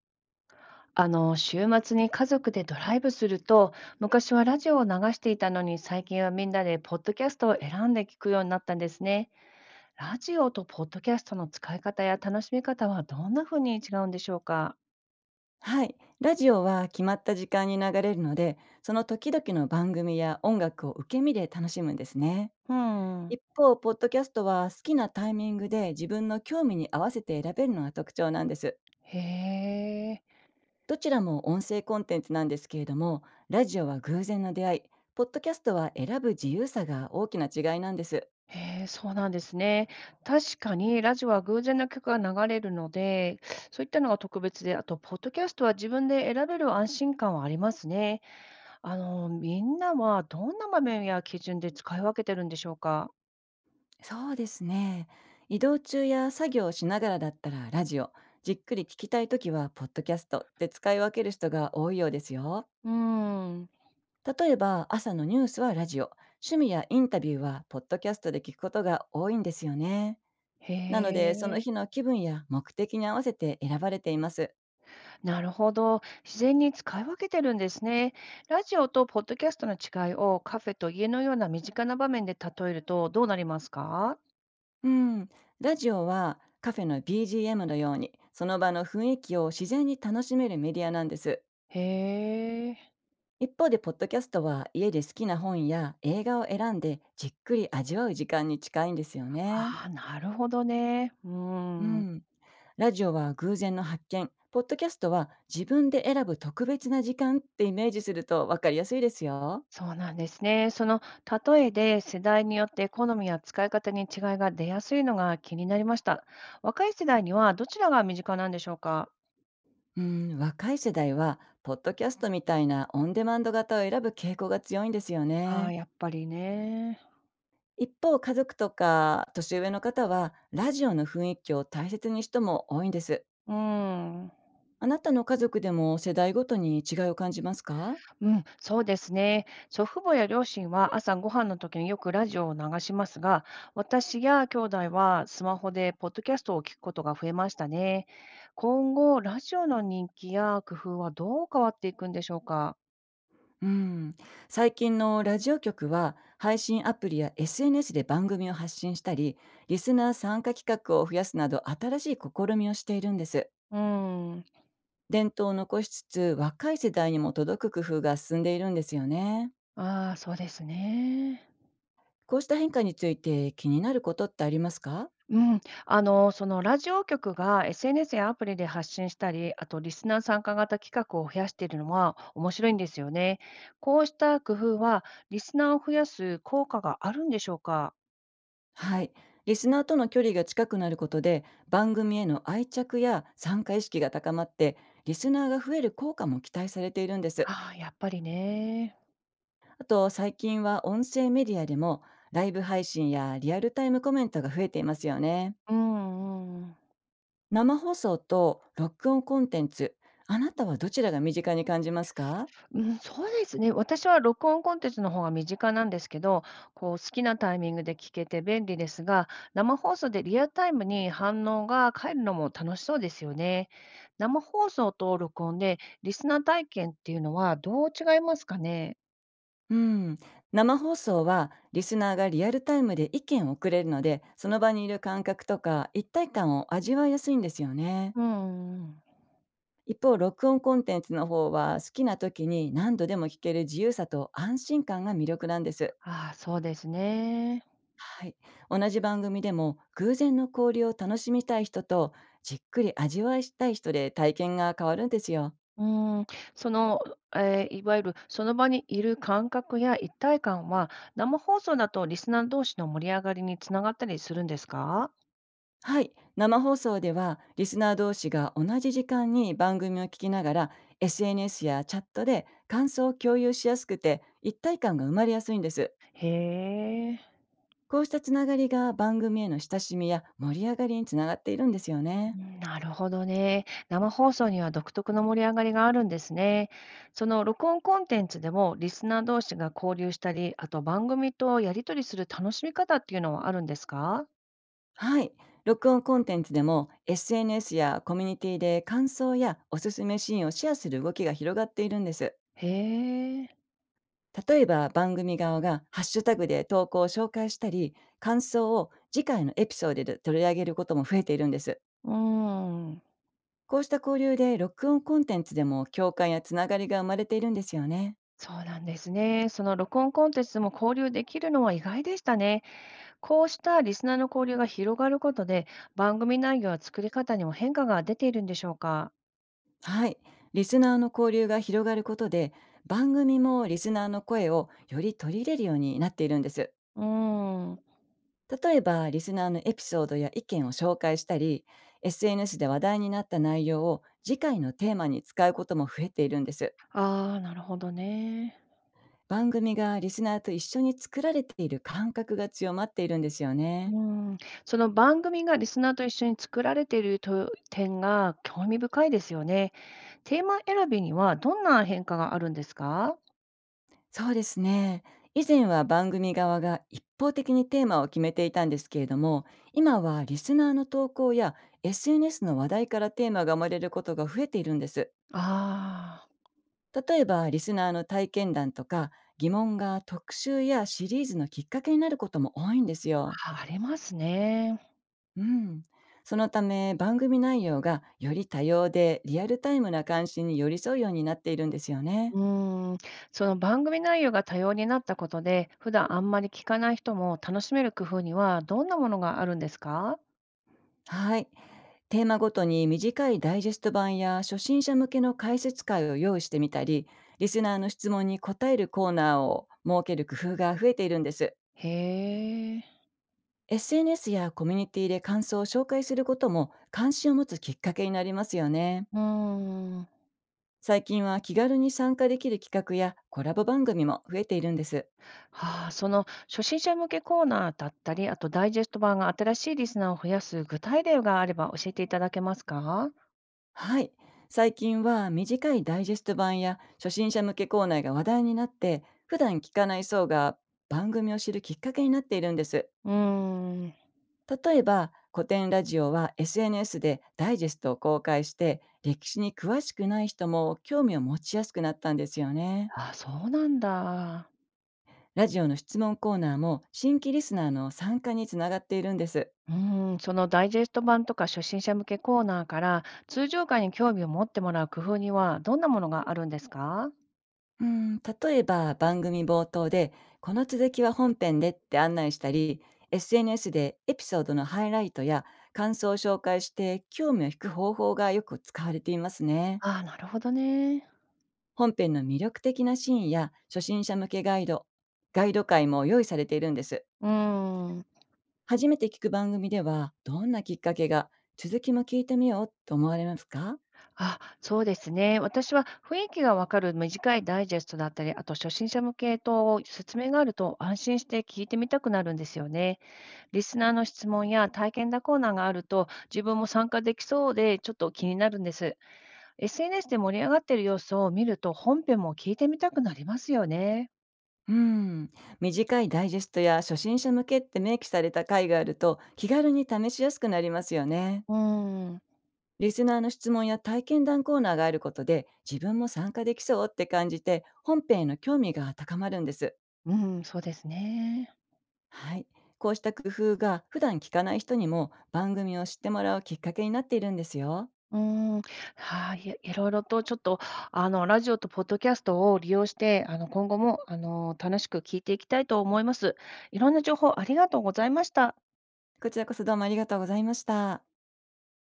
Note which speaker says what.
Speaker 1: 週末に家族でドライブすると、昔はラジオを流していたのに、最近はみんなでポッドキャストを選んで聞くようになったんですね。ラジオとポッドキャストの使い方や楽しみ方はどんな風に違うんでしょうか。
Speaker 2: はい。ラジオは決まった時間に流れるので、その時々の番組や音楽を受け身で楽しむんですね。
Speaker 1: うん。
Speaker 2: 一方、ポッドキャストは好きなタイミングで自分の興味に合わせて選べるのが特徴なんです。
Speaker 1: へえ。
Speaker 2: どちらも音声コンテンツなんですけれども、ラジオは偶然の出会い、ポッドキャストは選ぶ自由さが大きな違いなんです。
Speaker 1: へえ、そうなんですね。確かにラジオは偶然の曲が流れるので、そういったのが特別で、あと、ポッドキャストは自分で選べる安心感はありますね。みんなはどんな場面や基準で使い分けてるんでしょうか？
Speaker 2: そうですね。移動中や作業をしながらだったらラジオ、じっくり聞きたいときはポッドキャストで使い分ける人が多いようですよ。
Speaker 1: うーん。
Speaker 2: 例えば朝のニュースはラジオ、趣味やインタビューはポッドキャストで聞くことが多いんですよね。
Speaker 1: へ
Speaker 2: なのでその
Speaker 1: え、
Speaker 2: 日の気分や目的に合わせて選ばれています。
Speaker 1: なるほど。自然に使い分けてるんですね。ラジオとポッドキャストの違いをカフェと家のような身近な場面で例えるとどうなりますか？
Speaker 2: うん、ラジオはカフェの BGM のようにその場の雰囲気を自然に楽しめるメディアなんです。
Speaker 1: へえ。
Speaker 2: 一方でポッドキャストは家で好きな本や映画を選んでじっくり味わう時間に近いんですよね。
Speaker 1: ああ、なるほどね。う
Speaker 2: う
Speaker 1: ーん。
Speaker 2: ん。ラジオは偶然の発見、ポッドキャストは自分で選ぶ特別な時間ってイメージすると分かりやすいですよ。
Speaker 1: そうなんですね。その例えで世代によって好みや使い方に違いが出やすいのが気になりました。若い世代にはどちらが身近なんでしょうか？
Speaker 2: うん、若い世代は、ポッドキャストみたいなオンデマンド型を選ぶ傾向が強いんですよ
Speaker 1: ああ、
Speaker 2: ね。
Speaker 1: やっぱりね。
Speaker 2: 一方、家族とか年上の方は、ラジオの雰囲気を大切に人も多いんです。
Speaker 1: うん。
Speaker 2: あなたの家族でも世代ごとに違いを感じますか？
Speaker 1: うん、そうですね。祖父母や両親は朝ご飯の時によくラジオを流しますが、私や兄弟はスマホでポッドキャストを聞くことが増えましたね。今後、ラジオの人気や工夫はどう変わっていくんでしょうか？
Speaker 2: うん、最近のラジオ局は配信アプリや SNS で番組を発信したり、リスナー参加企画を増やすなど新しい試みをしているんです。
Speaker 1: うん。
Speaker 2: 伝統を残しつつ若い世代にも届く工夫が進んでいるんですよね。
Speaker 1: ああ、そうですね。
Speaker 2: こうした変化について気になることってありますか？
Speaker 1: うん、そのラジオ局が SNS やアプリで発信したり、あとリスナー参加型企画を増やしているのは面白いんですよね。こうした工夫はリスナーを増やす効果があるんでしょうか。
Speaker 2: はい。リスナーとの距離が近くなることで、番組への愛着や参加意識が高まって、リスナーが増える効果も期待されているんです。
Speaker 1: ああ、やっぱりね。
Speaker 2: あと最近は音声メディアでも、ライブ配信やリアルタイムコメントが増えていますよね。
Speaker 1: うんうんうん。
Speaker 2: 生放送と録音コンテンツ、あなたはどちらが身近に感じますか？
Speaker 1: うん、そうですね。私は録音コンテンツの方が身近なんですけど、こう好きなタイミングで聞けて便利ですが、生放送でリアルタイムに反応が返るのも楽しそうですよね。生放送と録音でリスナー体験っていうのはどう違いますかね。
Speaker 2: うん。生放送はリスナーがリアルタイムで意見をくれるので、その場にいる感覚とか一体感を味わいやすいんですよね。
Speaker 1: うん。
Speaker 2: 一方、録音コンテンツの方は好きな時に何度でも聞ける自由さと安心感が魅力なんです。
Speaker 1: ああ、そうですね。
Speaker 2: はい。同じ番組でも偶然の交流を楽しみたい人と、じっくり味わいしたい人で体験が変わるんですよ。
Speaker 1: うん、その、いわゆるその場にいる感覚や一体感は、生放送だとリスナー同士の盛り上がりにつながったりするんですか。
Speaker 2: はい。生放送ではリスナー同士が同じ時間に番組を聞きながら、 SNS やチャットで感想を共有しやすくて、一体感が生まれやすいんです。
Speaker 1: へえ、
Speaker 2: こうしたつながりが番組への親しみや盛り上がりにつながっているんですよ
Speaker 1: う
Speaker 2: ね。
Speaker 1: ん、なるほどね。生放送には独特の盛り上がりがあるんですね。その録音コンテンツでもリスナー同士が交流したり、あと番組とやり取りする楽しみ方っていうのはあるんですか？
Speaker 2: はい。録音コンテンツでも SNS やコミュニティで感想やおすすめシーンをシェアする動きが広がっているんです。
Speaker 1: へえ、
Speaker 2: 例えば番組側がハッシュタグで投稿を紹介したり、感想を次回のエピソードで取り上げることも増えているんです。
Speaker 1: うん、
Speaker 2: こうした交流で録音コンテンツでも共感やつながりが生まれているんですよね。
Speaker 1: そうなんですね。その録音コンテンツでも交流できるのは意外でしたね。こうしたリスナーの交流が広がることで、番組内容や作り方にも変化が出ているんでしょうか？
Speaker 2: はい。リスナーの交流が広がることで、番組もリスナーの声をより取り入れるようになっているんです。
Speaker 1: うーん、あ
Speaker 2: 例えば、リスナーのエピソードや意見を紹介したり、SNS で話題になった内容を次回のテーマに使うことも増えているんです。
Speaker 1: あ、なるほどね。
Speaker 2: 番組がリスナーと一緒に作られている感覚が強まっているんですよね。
Speaker 1: うん、その番組がリスナーと一緒に作られていると点が興味深いですよね。テーマ選びにはどんな変化があるんですか？
Speaker 2: そうですね。以前は番組側が一方的にテーマを決めていたんですけれども、今はリスナーの投稿や SNS の話題からテーマが生まれることが増えているんです。
Speaker 1: ああ。
Speaker 2: 例えばリスナーの体験談とか疑問が特集やシリーズのきっかけになることも多いんですよ。
Speaker 1: あ、りますね。
Speaker 2: うん。そのため番組内容がより多様でリアルタイムな関心に寄り添うようになっているんですよね。
Speaker 1: うん、その番組内容が多様になったことで、普段あんまり聞かない人も楽しめる工夫にはどんなものがあるんですか？
Speaker 2: はい。テーマごとに短いダイジェスト版や初心者向けの解説会を用意してみたり、リスナーの質問に答えるコーナーを設ける工夫が増えているんです。
Speaker 1: へえ。
Speaker 2: SNS やコミュニティで感想を紹介することも関心を持つきっかけになりますよね。
Speaker 1: うん。
Speaker 2: 最近は気軽に参加できる企画やコラボ番組も増えているんです。
Speaker 1: はあ、その初心者向けコーナーだったり、あとダイジェスト版が新しいリスナーを増やす具体例があれば教えていただけますか。
Speaker 2: はい。最近は短いダイジェスト版や初心者向けコーナーが話題になって、普段聞かない層が番組を知るきっかけになっているんです。
Speaker 1: うーん、
Speaker 2: 例えば、古典ラジオは SNS でダイジェストを公開して、歴史に詳しくない人も興味を持ちやすくなったんですよね。
Speaker 1: あ、そうなんだ。
Speaker 2: ラジオの質問コーナーも新規リスナーの参加につながっているんです。
Speaker 1: うーん、そのダイジェスト版とか初心者向けコーナーから通常回に興味を持ってもらう工夫にはどんなものがあるんですか。
Speaker 2: うん、例えば番組冒頭で「この続きは本編で」って案内したり、 SNS でエピソードのハイライトや感想を紹介して興味を引く方法がよく使われていますね。
Speaker 1: ああ、なるほどね。
Speaker 2: 本編の魅力的なシーンや初心者向けガイド、ガイド会も用意されているんです。
Speaker 1: うーん。
Speaker 2: 初めて聞く番組ではどんなきっかけが続きも聞いてみようと思われますか？
Speaker 1: あ、そうですね。私は雰囲気がわかる短いダイジェストだったり、あと初心者向けと説明があると安心して聞いてみたくなるんですよね。リスナーの質問や体験談コーナーがあると自分も参加できそうでちょっと気になるんです。SNS で盛り上がっている様子を見ると本編も聞いてみたくなりますよね。
Speaker 2: うん、短いダイジェストや初心者向けって明記された回があると気軽に試しやすくなりますよね。
Speaker 1: うん、
Speaker 2: リスナーの質問や体験談コーナーがあることで自分も参加できそうって感じて本編への興味が高まるんです。
Speaker 1: うん、そうですね。
Speaker 2: はい。こうした工夫が普段聞かない人にも番組を知ってもらうきっかけになっているんですよ。
Speaker 1: うーん、はい、いろいろとちょっと、ラジオとポッドキャストを利用して、今後も、楽しく聞いていきたいと思います。いろんな情報ありがとうございました。
Speaker 2: こちらこそどうもありがとうございました。